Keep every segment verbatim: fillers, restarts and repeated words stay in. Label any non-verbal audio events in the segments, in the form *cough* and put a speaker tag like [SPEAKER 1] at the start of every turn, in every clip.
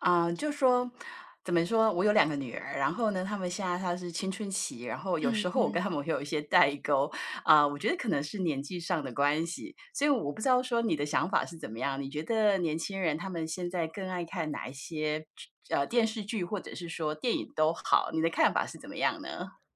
[SPEAKER 1] 啊，就说怎么说，我有两个女儿，然后呢，她们现在她是青春期，然后有时候我跟她们会有一些代沟。啊，我觉得可能是年纪上的关系，所以我不知道说你的想法是怎么样？你觉得年轻人他们现在更爱看哪一些呃，电视剧或者是说电影都好，你的看法是怎么样呢？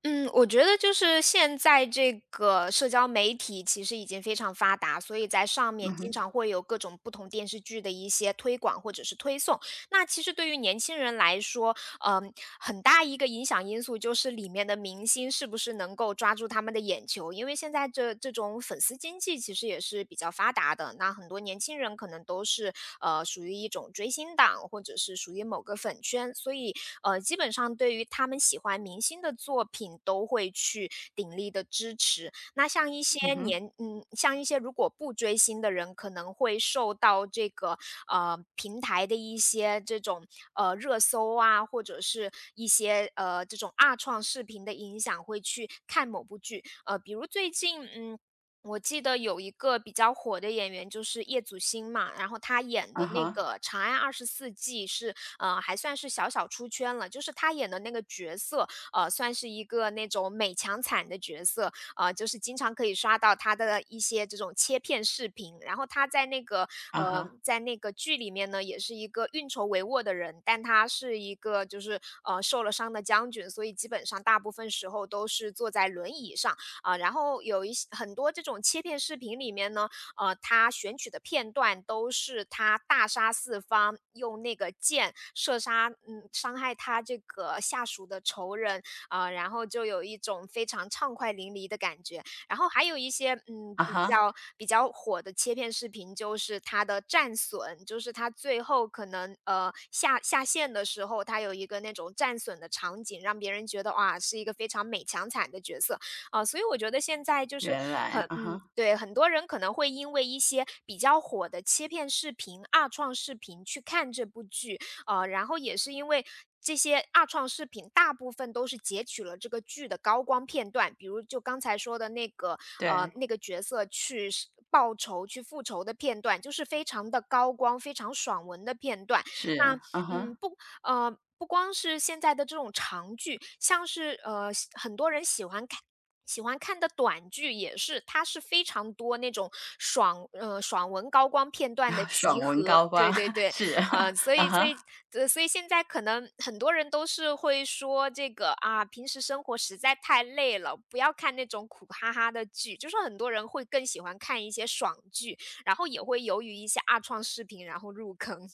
[SPEAKER 2] 嗯，我觉得就是现在这个社交媒体其实已经非常发达，所以在上面
[SPEAKER 1] 嗯哼。
[SPEAKER 2] 经常会有各种不同电视剧的一些推广或者是推送。那其实对于年轻人来说，嗯，很大一个影响因素就是里面的明星是不是能够抓住他们的眼球，因为现在这这种粉丝经济其实也是比较发达的，那很多年轻人可能都是呃属于一种追星党，或者是属于某个粉圈，所以呃基本上对于他们喜欢明星的作品都会去鼎力的支持。那像一
[SPEAKER 1] 嗯
[SPEAKER 2] 些
[SPEAKER 1] 哼。
[SPEAKER 2] 年嗯，像一些如果不追星的人，可能会受到这个，呃，平台的一些这种，呃，热搜啊，或者是一些，呃，这种二创视频的影响，会去看某部剧。呃，比如最近，嗯，我记得有一个比较火的演员就是叶祖新嘛，然后他演
[SPEAKER 1] 啊
[SPEAKER 2] 的那
[SPEAKER 1] 哈。
[SPEAKER 2] 个《长安二十四计》是，呃，还算是小小出圈了，就是他演的那个角色，呃，算是一个那种美强惨的角色。呃，就是经常可以刷到他的一些这种切片视频。然后他在那个
[SPEAKER 1] 啊
[SPEAKER 2] 呃，
[SPEAKER 1] 哈。
[SPEAKER 2] 在那个剧里面呢，也是一个运筹帷幄的人，但他是一个就是呃受了伤的将军，所以基本上大部分时候都是坐在轮椅上啊、然后有一些很多这种切片视频里面呢，呃，他选取的片段都是他大杀四方，用那个箭射杀嗯伤害他这个下属的仇人，啊，然后就有一种非常畅快淋漓的感觉。然后还有一些嗯
[SPEAKER 1] 啊
[SPEAKER 2] 比
[SPEAKER 1] 哈。
[SPEAKER 2] 较比较火的切片视频，就是它的战损，就是它最后可能呃下下线的时候，它有一个那种战损的场景，让别人觉得哇是一个非常美强惨的角色啊、所以我觉得现在就是
[SPEAKER 1] 原
[SPEAKER 2] 很
[SPEAKER 1] 来，啊
[SPEAKER 2] 嗯
[SPEAKER 1] 哈。
[SPEAKER 2] 对很多人可能会因为一些比较火的切片视频、二创视频去看这部剧，呃，然后也是因为这些二创视频大部分都是截取了这个剧的高光片段，比如就刚才说的那个，呃，
[SPEAKER 1] 对。
[SPEAKER 2] 那个角色去是报仇、去复仇的片段，就是非常的高光、非常爽文的片段。那，
[SPEAKER 1] 是，啊
[SPEAKER 2] 嗯，
[SPEAKER 1] 哈。
[SPEAKER 2] 不呃，不光是现在的这种长剧，像是，呃，喜很多人喜欢看喜欢看的短剧也是，它是非常多那种爽呃，爽文高光片段的
[SPEAKER 1] *laughs* 爽
[SPEAKER 2] 集
[SPEAKER 1] 文
[SPEAKER 2] 合，
[SPEAKER 1] 高光
[SPEAKER 2] 对对
[SPEAKER 1] *laughs*，
[SPEAKER 2] 对。
[SPEAKER 1] 是，
[SPEAKER 2] 啊，
[SPEAKER 1] *laughs*
[SPEAKER 2] 所
[SPEAKER 1] 啊
[SPEAKER 2] 以所以
[SPEAKER 1] 哈。
[SPEAKER 2] 呃，所以现在可能很多人都是会说这个啊，平时生活实在太累了，不要看那种苦哈哈的剧。就是很多人会更喜欢看一些爽剧，然后也会由于一些二创视频然后入坑。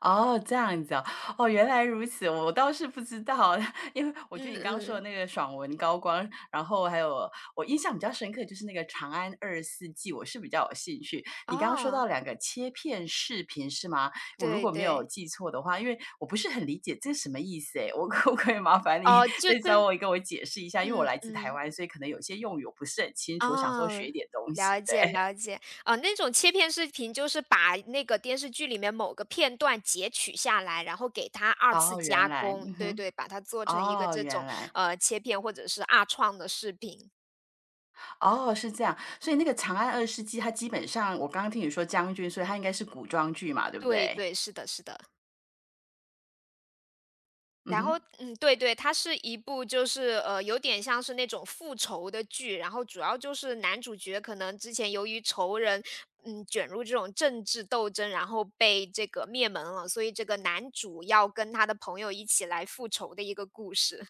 [SPEAKER 1] 哦，这样子哦。哦，原来如此，我倒是不知道，*laughs* 因为我觉得
[SPEAKER 2] 嗯
[SPEAKER 1] 你刚刚说
[SPEAKER 2] 嗯，
[SPEAKER 1] 的
[SPEAKER 2] 嗯
[SPEAKER 1] 那个爽文高光，然后还有我印象比较深刻就是那个《长安二十四记》，我是比较有兴趣。你刚刚说
[SPEAKER 2] 哦，
[SPEAKER 1] 到两个切片视频是吗？我如
[SPEAKER 2] 对
[SPEAKER 1] 果没有
[SPEAKER 2] 对，
[SPEAKER 1] 记错的话，因为我不是很理解这是什么意思诶，我可不可以麻烦你
[SPEAKER 2] 哦，
[SPEAKER 1] *laughs*
[SPEAKER 2] 就
[SPEAKER 1] 再
[SPEAKER 2] 就
[SPEAKER 1] 稍微跟我解释一下？因为我
[SPEAKER 2] 嗯
[SPEAKER 1] 来自台
[SPEAKER 2] 嗯。
[SPEAKER 1] 湾，所以可能有些用语我不是很清楚，我想说学
[SPEAKER 2] 哦，
[SPEAKER 1] 一点东
[SPEAKER 2] 了
[SPEAKER 1] 西。对，
[SPEAKER 2] 解了
[SPEAKER 1] *laughs*
[SPEAKER 2] 解。啊，那种切片视频就是把那个电视剧里面某个片段截取下来，然后给它二次
[SPEAKER 1] 哦，原
[SPEAKER 2] 加
[SPEAKER 1] 来，
[SPEAKER 2] 工，
[SPEAKER 1] 嗯
[SPEAKER 2] 对
[SPEAKER 1] 哼。
[SPEAKER 2] 对，把它做成一个
[SPEAKER 1] 哦，
[SPEAKER 2] 这种，
[SPEAKER 1] 原来。
[SPEAKER 2] 呃，切片或者是二创的视频。
[SPEAKER 1] 哦，是这样，所以那个《长安二世纪》它基本上我刚刚听你说将军，所以它应该是古装剧嘛，对不
[SPEAKER 2] 对
[SPEAKER 1] 对？
[SPEAKER 2] 对，是的是的。
[SPEAKER 1] 嗯
[SPEAKER 2] 然后
[SPEAKER 1] 哼。
[SPEAKER 2] 嗯，对对，它是一部就是，呃，有点像是那种复仇的剧，然后主要就是男主角可能之前由于仇人，嗯，卷入这种政治斗争，然后被这个灭门了，所以这个男主要跟他的朋友一起来复仇的一个故事。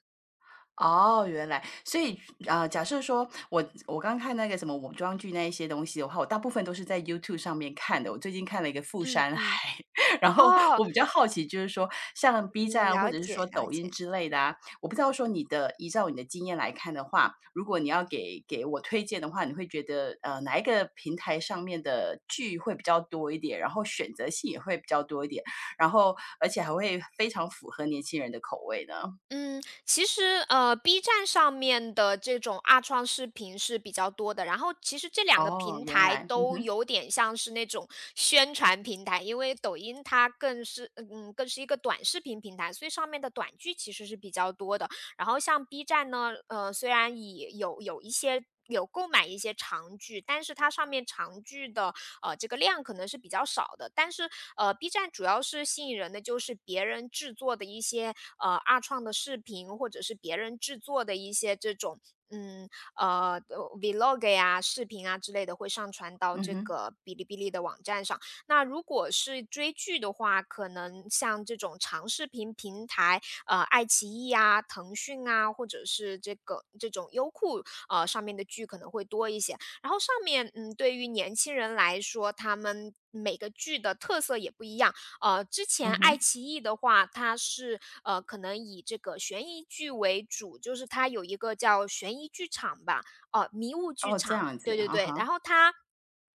[SPEAKER 1] 哦，原来。所以啊，假设说我我刚看那个什么古装剧那一些东西的话，我大部分都是在 YouTube 上面看的。我最近看了一个《富
[SPEAKER 2] 嗯
[SPEAKER 1] 山
[SPEAKER 2] 嗯，
[SPEAKER 1] 海》，*laughs* 然后
[SPEAKER 2] 哦，
[SPEAKER 1] 我比较好奇，就是说像 B 站
[SPEAKER 2] 嗯，
[SPEAKER 1] 啊或
[SPEAKER 2] 了
[SPEAKER 1] 者是
[SPEAKER 2] 解
[SPEAKER 1] 说
[SPEAKER 2] 了
[SPEAKER 1] 抖音
[SPEAKER 2] 解。
[SPEAKER 1] 之类的啊，我不知道说你的依照你的经验来看的话，如果你要给给我推荐的话，你会觉得呃哪一个平台上面的剧会比较多一点，然后选择性也会比较多一点，然后而且还会非常符合年轻人的口味呢？
[SPEAKER 2] 嗯，其实呃，B 站上面的这种二创视频是比较多的，然后其实这两个
[SPEAKER 1] 哦，
[SPEAKER 2] 平
[SPEAKER 1] 原
[SPEAKER 2] 台
[SPEAKER 1] 来，嗯
[SPEAKER 2] 都
[SPEAKER 1] 哼。
[SPEAKER 2] 有点像是那种宣传平台，因为抖音它更是嗯更是一个短视频平台，所以上面的短剧其实是比较多的。然后像 B 站呢，呃，虽然也有有一些。有购买一些长剧，但是它上面长剧的呃，这个量可能是比较少的。但是呃，B 站主要是吸引人的就是别人制作的一些呃二创的视频，或者是别人制作的一些这种。嗯，呃 v l o g 呀、视频啊之类的会上传到
[SPEAKER 1] 嗯
[SPEAKER 2] 这
[SPEAKER 1] 哼。
[SPEAKER 2] 个哔哩哔哩的网站上。那如果是追剧的话，可能像这种长视频平台，呃，爱奇艺啊、腾讯啊，或者是这个这种优酷呃上面的剧可能会多一些。然后上面，嗯，对于年轻人来说，他们每个剧的特色也不一样。呃，之
[SPEAKER 1] 嗯
[SPEAKER 2] 前爱
[SPEAKER 1] 哼。
[SPEAKER 2] 奇艺的话，它是呃，可能以这个悬疑剧为主，就是它有一个叫悬疑剧场吧，哦，迷雾剧
[SPEAKER 1] 哦，这
[SPEAKER 2] 场，
[SPEAKER 1] 样子，
[SPEAKER 2] 对对
[SPEAKER 1] 啊
[SPEAKER 2] 对，然
[SPEAKER 1] 哈。
[SPEAKER 2] 后它。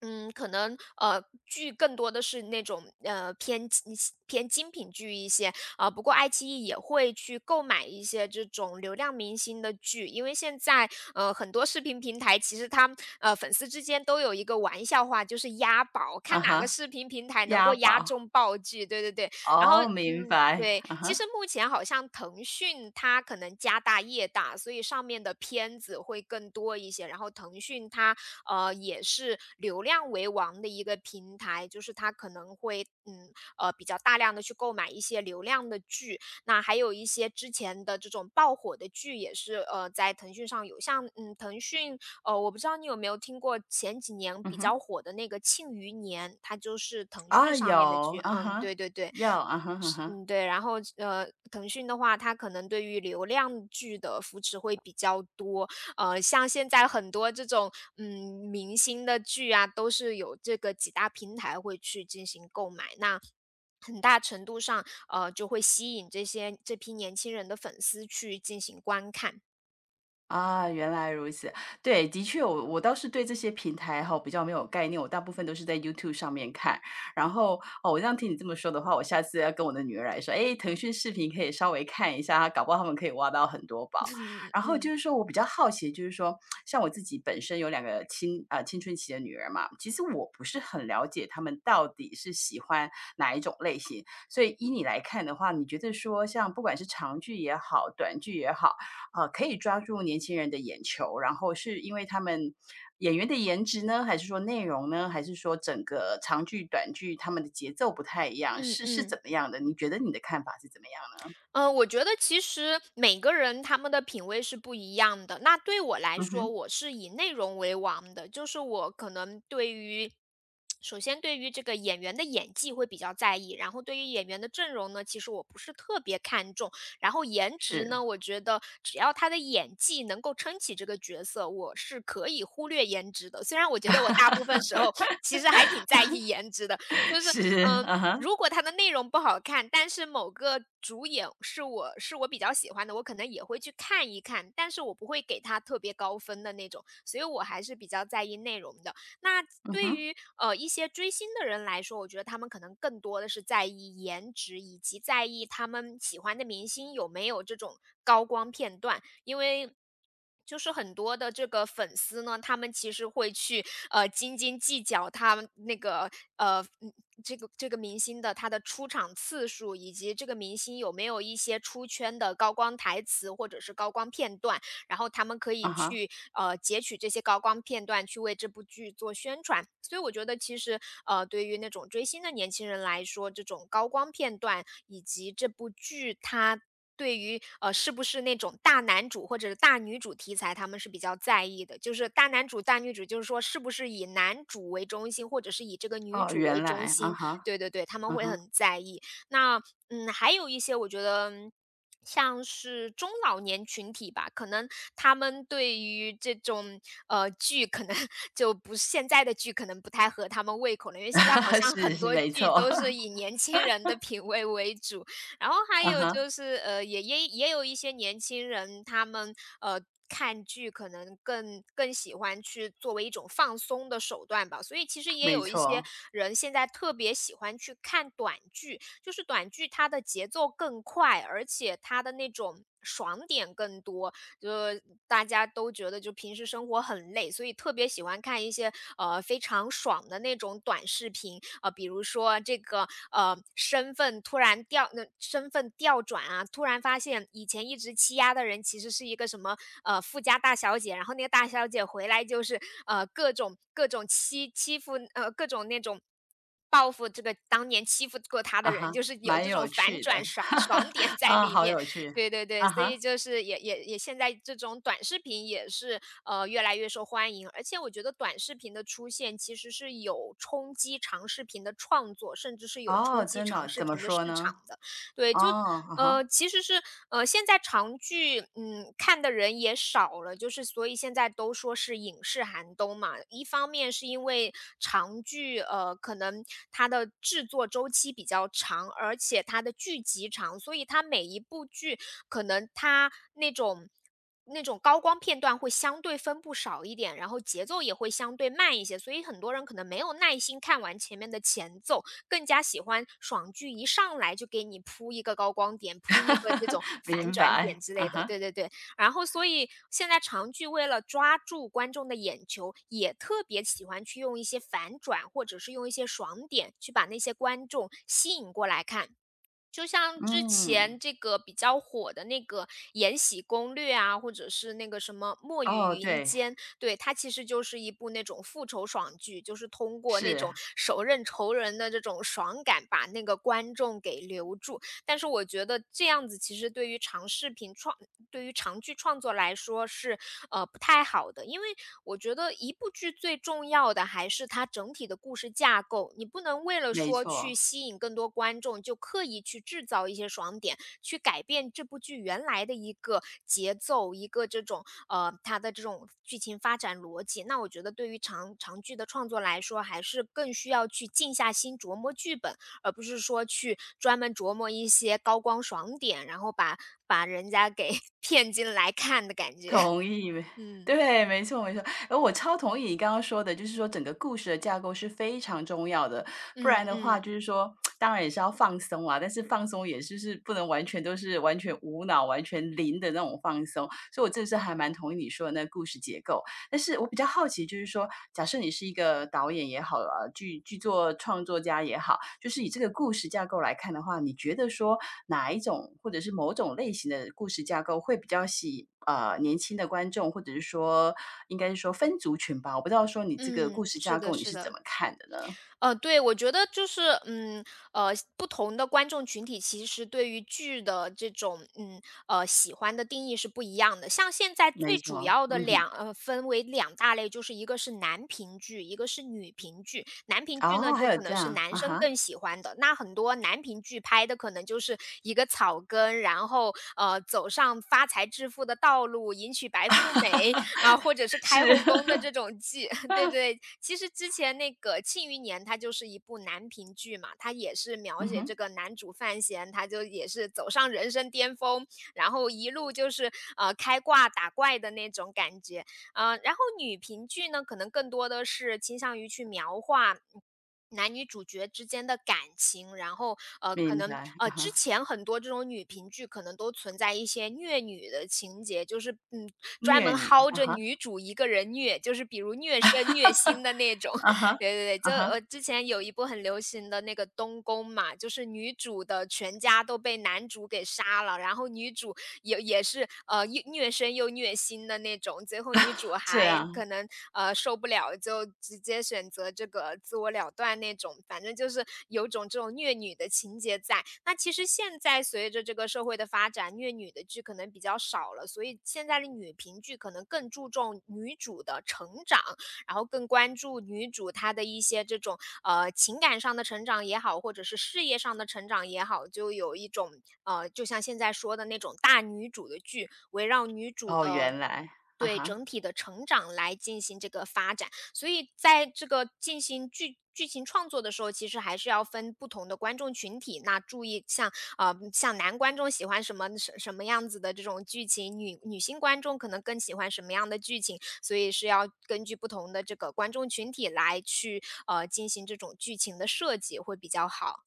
[SPEAKER 2] 嗯，可能呃，剧更多的是那种呃偏精偏精品剧一些，啊，不过爱奇艺也会去购买一些这种流量明星的剧，因为现在呃很多视频平台其实它呃粉丝之间都有一个玩笑话，就是押宝，
[SPEAKER 1] 啊
[SPEAKER 2] 看哪个
[SPEAKER 1] 哈。
[SPEAKER 2] 视频平台能够
[SPEAKER 1] 押
[SPEAKER 2] 押
[SPEAKER 1] 宝。
[SPEAKER 2] 中爆剧。对对对，然后
[SPEAKER 1] 哦，明
[SPEAKER 2] 嗯。
[SPEAKER 1] 白。
[SPEAKER 2] 对，
[SPEAKER 1] 啊
[SPEAKER 2] 其实
[SPEAKER 1] 哈。
[SPEAKER 2] 目前好像腾讯它可能家大业大，所以上面的片子会更多一些。然后腾讯它呃也是流量为王的一个平台，就是它可能会嗯呃，比较大量的去购买一些流量的剧。那还有一些之前的这种爆火的剧也是，呃，在腾讯上有，像，嗯，腾讯呃，我不知道你有没有听过前几年
[SPEAKER 1] 嗯
[SPEAKER 2] 比较
[SPEAKER 1] 哼。
[SPEAKER 2] 火的那个《庆余年》，它就是腾讯
[SPEAKER 1] 啊，
[SPEAKER 2] 上
[SPEAKER 1] 有，
[SPEAKER 2] 面的剧，
[SPEAKER 1] 啊
[SPEAKER 2] 嗯，
[SPEAKER 1] 哈。
[SPEAKER 2] 对对对。
[SPEAKER 1] 有，啊哈，啊
[SPEAKER 2] 是
[SPEAKER 1] 哈。
[SPEAKER 2] 嗯，对，然后呃，腾讯的话，它可能对于流量剧的扶持会比较多。呃，像现在很多这种嗯明星的剧啊，都是有这个几大平台会去进行购买。那很大程度上，呃，就会吸引这些这批年轻人的粉丝去进行观看。
[SPEAKER 1] 啊，原来如此。对，的确，我我倒是对这些平台哈比较没有概念，我大部分都是在 YouTube 上面看。然后哦，我这样听你这么说的话，我下次要跟我的女儿来说，诶，腾讯视频可以稍微看一下，搞不好他们可以挖到很多宝。然后就
[SPEAKER 2] 嗯。
[SPEAKER 1] 是说我比较好奇，就是说像我自己本身有两个青啊、青春期的女儿嘛，其实我不是很了解她们到底是喜欢哪一种类型。所以依你来看的话，你觉得说像不管是长剧也好，短剧也好，呃，可以抓住年轻人的眼球，然后是因为他们演员的颜值呢，还是说内容呢，还是说整个长剧、短剧他们的节奏不太一样，
[SPEAKER 2] 嗯
[SPEAKER 1] 是是
[SPEAKER 2] 嗯。
[SPEAKER 1] 怎么样的？你觉得你的看法是怎么样呢？
[SPEAKER 2] 嗯，我觉得其实每个人他们的品味是不一样的。那对我来
[SPEAKER 1] 嗯
[SPEAKER 2] 说，
[SPEAKER 1] 哼。
[SPEAKER 2] 我是以内容为王的，就是我可能对于首先对于这个演员的演技会比较在意，然后对于演员的阵容呢，其实我不是特别看重。然后颜值
[SPEAKER 1] 是
[SPEAKER 2] 呢，我觉得只要他的演技能够撑起这个角色，我是可以忽略颜值的。虽然我觉得我大部分时候 *laughs* 其实还挺在意颜值的，
[SPEAKER 1] *laughs*
[SPEAKER 2] 就是
[SPEAKER 1] 是，
[SPEAKER 2] 嗯、呃
[SPEAKER 1] 啊哈。
[SPEAKER 2] 如果它的内容不好看，但是某个主演是我是我比较喜欢的，我可能也会去看一看，但是我不会给它特别高分的那种，所以我还是比较在意内容的。那
[SPEAKER 1] 嗯
[SPEAKER 2] 对
[SPEAKER 1] 哼。
[SPEAKER 2] 于呃一些追星的人来说，我觉得他们可能更多的是在意颜值，以及在意他们喜欢的明星有没有这种高光片段，因为。就是很多的这个粉丝呢，他们其实会去呃斤斤计较他们那个呃嗯这个这个明星的他的出场次数，以及这个明星有没有一些出圈的高光台词或者是高光片段。然后他们可以
[SPEAKER 1] 啊哈。
[SPEAKER 2] 去呃截取这些高光片段去为这部剧做宣传。所以我觉得其实呃对于那种追星的年轻人来说，这种高光片段以及这部剧它。对于呃是不是那种大男主或者是大女主题材，他们是比较在意的。就是大男主大女主，就是说是不是以男主为中心，或者是以这个女
[SPEAKER 1] 哦，
[SPEAKER 2] 主为
[SPEAKER 1] 原
[SPEAKER 2] 中
[SPEAKER 1] 来，啊
[SPEAKER 2] 心？
[SPEAKER 1] 哈。
[SPEAKER 2] 对对对，他们
[SPEAKER 1] 啊
[SPEAKER 2] 会
[SPEAKER 1] 哈。
[SPEAKER 2] 很在意。那嗯，还有一些我觉得嗯像是中老年群体吧，可能他们对于这种呃剧，可能 *laughs* 就不是现在的剧，可能不太合他们胃口了，因为现在好
[SPEAKER 1] *laughs*
[SPEAKER 2] 像
[SPEAKER 1] 是
[SPEAKER 2] 很
[SPEAKER 1] 是
[SPEAKER 2] 多
[SPEAKER 1] 没错，
[SPEAKER 2] 剧都是
[SPEAKER 1] *laughs*
[SPEAKER 2] 以年轻人的品味为主。然后还
[SPEAKER 1] 啊
[SPEAKER 2] 有
[SPEAKER 1] 哈。
[SPEAKER 2] 就是呃，也也也有一些年轻人，他们呃。看剧可能更更喜欢去作为一种放松的手段吧，所以其实也
[SPEAKER 1] 没
[SPEAKER 2] 有一些
[SPEAKER 1] 错。
[SPEAKER 2] 人现在特别喜欢去看短剧，就是短剧它的节奏更快，而且它的那种爽点更多。就大家都觉得就平时生活很累，所以特别喜欢看一些呃非常爽的那种短视频，呃，比如说这个呃身份突然调，那、身份调转啊，突然发现以前一直欺压的人其实是一个什么呃富家大小姐，然后那个大小姐回来就是呃各种各种欺欺负呃各种那种。报复这个当年欺负过他
[SPEAKER 1] 啊
[SPEAKER 2] 的
[SPEAKER 1] 哈。
[SPEAKER 2] 人，就是有
[SPEAKER 1] 蛮
[SPEAKER 2] 这
[SPEAKER 1] 有
[SPEAKER 2] 种反
[SPEAKER 1] 趣的，
[SPEAKER 2] 转爽爽点 *laughs*
[SPEAKER 1] *laughs*
[SPEAKER 2] 在
[SPEAKER 1] 啊，
[SPEAKER 2] 里
[SPEAKER 1] 好
[SPEAKER 2] 面。
[SPEAKER 1] 有趣。
[SPEAKER 2] 对对对，
[SPEAKER 1] 啊
[SPEAKER 2] 所
[SPEAKER 1] 哈。
[SPEAKER 2] 以就是也也也现在这种短视频也是，呃，越来越受欢迎，而且我觉得短视频的出现其实是有冲击长视频的创作，甚至是有
[SPEAKER 1] 哦，
[SPEAKER 2] 冲击
[SPEAKER 1] 真的
[SPEAKER 2] 长
[SPEAKER 1] 哦
[SPEAKER 2] 视
[SPEAKER 1] 怎么
[SPEAKER 2] 频的
[SPEAKER 1] 说
[SPEAKER 2] 市场
[SPEAKER 1] 呢？
[SPEAKER 2] 的。对，
[SPEAKER 1] 哦。
[SPEAKER 2] 就
[SPEAKER 1] 啊
[SPEAKER 2] 呃，
[SPEAKER 1] 哈。
[SPEAKER 2] 其实是呃，现在长剧，嗯，看的人也少了，就是所以现在都说是影视寒冬嘛。一方面是因为长剧，呃，可能它的制作周期比较长，而且它的剧集长，所以它每一部剧可能它那种。那种高光片段会相对分布少一点，然后节奏也会相对慢一些，所以很多人可能没有耐心看完前面的前奏，更加喜欢爽剧一上来就给你铺一个高光点，
[SPEAKER 1] *laughs*
[SPEAKER 2] 铺
[SPEAKER 1] 哈
[SPEAKER 2] 一个这
[SPEAKER 1] 哈。
[SPEAKER 2] 种反
[SPEAKER 1] 明
[SPEAKER 2] 转点
[SPEAKER 1] 白，
[SPEAKER 2] 之
[SPEAKER 1] 啊
[SPEAKER 2] 类的，
[SPEAKER 1] 哈。
[SPEAKER 2] 对对对。然后所以现在长剧为了抓住观众的眼球，也特别喜欢去用一些反转，或者是用一些爽点去把那些观众吸引过来看。就像之
[SPEAKER 1] 嗯。
[SPEAKER 2] 前这个比较火的那个《延禧攻略》啊，或者是那个什么《墨
[SPEAKER 1] 哦，
[SPEAKER 2] 雨云
[SPEAKER 1] 对。
[SPEAKER 2] 间》，对，它其实就是一部那种复仇爽剧，就是通过那
[SPEAKER 1] 是。
[SPEAKER 2] 种手刃仇人的这种爽感，把那个观众给留住。但是我觉得这样子其实对于长视频创对于长剧创作来说是，呃，不太好的。因为我觉得一部剧最重要的还是它整体的故事架构，你不能为了
[SPEAKER 1] 没
[SPEAKER 2] 说去
[SPEAKER 1] 错。
[SPEAKER 2] 吸引更多观众，就刻意去制造一些爽点，去改变这部剧原来的一个节奏，一个这种，呃，它的这种剧情发展逻辑。那我觉得对于长长剧的创作来说，还是更需要去静下心琢磨剧本，而不是说去专门琢磨一些高光爽点，然后把把人家给 *laughs* 骗进来看的感觉。*laughs*
[SPEAKER 1] 同意，*laughs*
[SPEAKER 2] 嗯，
[SPEAKER 1] 对，没错没错。哎，我超同意你刚刚说的，就是说整个故事的架构是非常重要的。不
[SPEAKER 2] 嗯
[SPEAKER 1] 然的话
[SPEAKER 2] 嗯，
[SPEAKER 1] 就是说，当然也是要放松啊，但是放松也就是不能完全都是完全无脑、完全零的那种放松，所以我这是还蛮同意你说的那个故事结构。但是我比较好奇，就是说，假设你是一个导演也好啊，剧剧作创作家也好，就是以这个故事架构来看的话，你觉得说哪一种或者是某种类型的故事架构会比较吸呃年轻的观众，或者是说应该是说分族群吧？我不知道说你这个故
[SPEAKER 2] 嗯，
[SPEAKER 1] 事
[SPEAKER 2] 是
[SPEAKER 1] 架
[SPEAKER 2] 的
[SPEAKER 1] 构你
[SPEAKER 2] 是
[SPEAKER 1] 是怎
[SPEAKER 2] 的。
[SPEAKER 1] 么看的呢？
[SPEAKER 2] 呃，对，我觉得就是，嗯，呃，不同的观众群体其实对于剧的这种，嗯，呃，喜欢的定义是不一样的。像现在
[SPEAKER 1] 没
[SPEAKER 2] 最主
[SPEAKER 1] 错。
[SPEAKER 2] 要的
[SPEAKER 1] 嗯哼。
[SPEAKER 2] 两，呃，分为两大类，就是一个是男频剧，一个是女频剧。男频剧呢，
[SPEAKER 1] 哦，还
[SPEAKER 2] 就
[SPEAKER 1] 有
[SPEAKER 2] 可
[SPEAKER 1] 这
[SPEAKER 2] 能是
[SPEAKER 1] 样啊
[SPEAKER 2] 男生
[SPEAKER 1] 哈。
[SPEAKER 2] 更喜欢的。那很多男频剧拍的可能就是一个草根，然后呃，走上发财致富的道路，迎娶白富美，啊，或者是
[SPEAKER 1] *laughs*
[SPEAKER 2] 开
[SPEAKER 1] 是。
[SPEAKER 2] 后宫的这种剧，*laughs* 对对。其实之前那个《庆余年》，它就是一部男频剧嘛，它也是描
[SPEAKER 1] 嗯
[SPEAKER 2] 写这
[SPEAKER 1] 哼。
[SPEAKER 2] 个男主范闲，他就也是走上人生巅峰，然后一路就是，呃，开挂打怪的那种感觉。呃，然后女频剧呢，可能更多的是倾向于去描画。嗯男女主角之间的感情，然后呃，可
[SPEAKER 1] 明
[SPEAKER 2] 能
[SPEAKER 1] 白
[SPEAKER 2] 呃，
[SPEAKER 1] 啊
[SPEAKER 2] 之
[SPEAKER 1] 哈。
[SPEAKER 2] 前很多这种女频剧可能都存在一些虐女的情节，就是嗯，专
[SPEAKER 1] 虐
[SPEAKER 2] 门
[SPEAKER 1] 女
[SPEAKER 2] 薅
[SPEAKER 1] 啊
[SPEAKER 2] 着
[SPEAKER 1] 哈。
[SPEAKER 2] 女主一个人虐，就是比如虐身虐心的那种。
[SPEAKER 1] 啊
[SPEAKER 2] *laughs*
[SPEAKER 1] 哈。
[SPEAKER 2] 对对对，
[SPEAKER 1] 啊
[SPEAKER 2] 就呃，
[SPEAKER 1] 哈。
[SPEAKER 2] 之前有一部很流行的那个东宫嘛，就是女主的全家都被男主给杀了，然后女主也也是，呃，虐虐身又虐心的那种，最后女主
[SPEAKER 1] 这
[SPEAKER 2] 还
[SPEAKER 1] 样。
[SPEAKER 2] 可能，呃，受不了，就直接选择这个自我了断那种，反正就是有种这种虐女的情节在。那其实现在随着这个社会的发展，虐女的剧可能比较少了，所以现在的女频剧可能更注重女主的成长，然后更关注女主她的一些这种呃情感上的成长也好，或者是事业上的成长也好，就有一种呃，就像现在说的那种大女主的剧，围绕女主
[SPEAKER 1] 哦，
[SPEAKER 2] 的。
[SPEAKER 1] 原来，啊
[SPEAKER 2] 对
[SPEAKER 1] 哈。
[SPEAKER 2] 整体的成长来进行这个发展，所以在这个进行剧剧情创作的时候，其实还是要分不同的观众群体。那注意像呃像男观众喜欢什么什什么样子的这种剧情，女女性观众可能更喜欢什么样的剧情，所以是要根据不同的这个观众群体来去呃进行这种剧情的设计会比较好。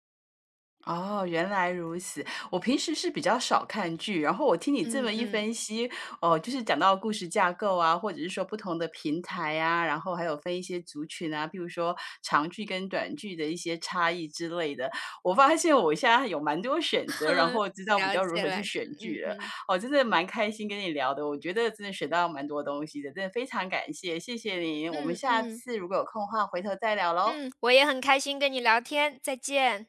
[SPEAKER 1] 哦，原来如此。我平时是比较少看剧，然后我听你这
[SPEAKER 2] 嗯
[SPEAKER 1] 么一
[SPEAKER 2] 嗯，
[SPEAKER 1] 分析，哦，就是讲到故事架构啊，或者是说不同的平台啊，然后还有分一些族群啊，比如说长剧跟短剧的一些差异之类的。我发现我现在有蛮多选择，然
[SPEAKER 2] *laughs*
[SPEAKER 1] 后知道比
[SPEAKER 2] 了
[SPEAKER 1] 较如
[SPEAKER 2] 解
[SPEAKER 1] 何去
[SPEAKER 2] 了解，
[SPEAKER 1] 选
[SPEAKER 2] 嗯
[SPEAKER 1] 剧了。
[SPEAKER 2] 嗯
[SPEAKER 1] 哦，真的蛮开心跟你聊的，我觉得真的学到蛮多东西的，真的非常感谢，谢谢你。我们
[SPEAKER 2] 嗯
[SPEAKER 1] 下
[SPEAKER 2] 嗯
[SPEAKER 1] 次如果有空的话，回头再聊喽。
[SPEAKER 2] 嗯，我也很开心跟你聊天，再见。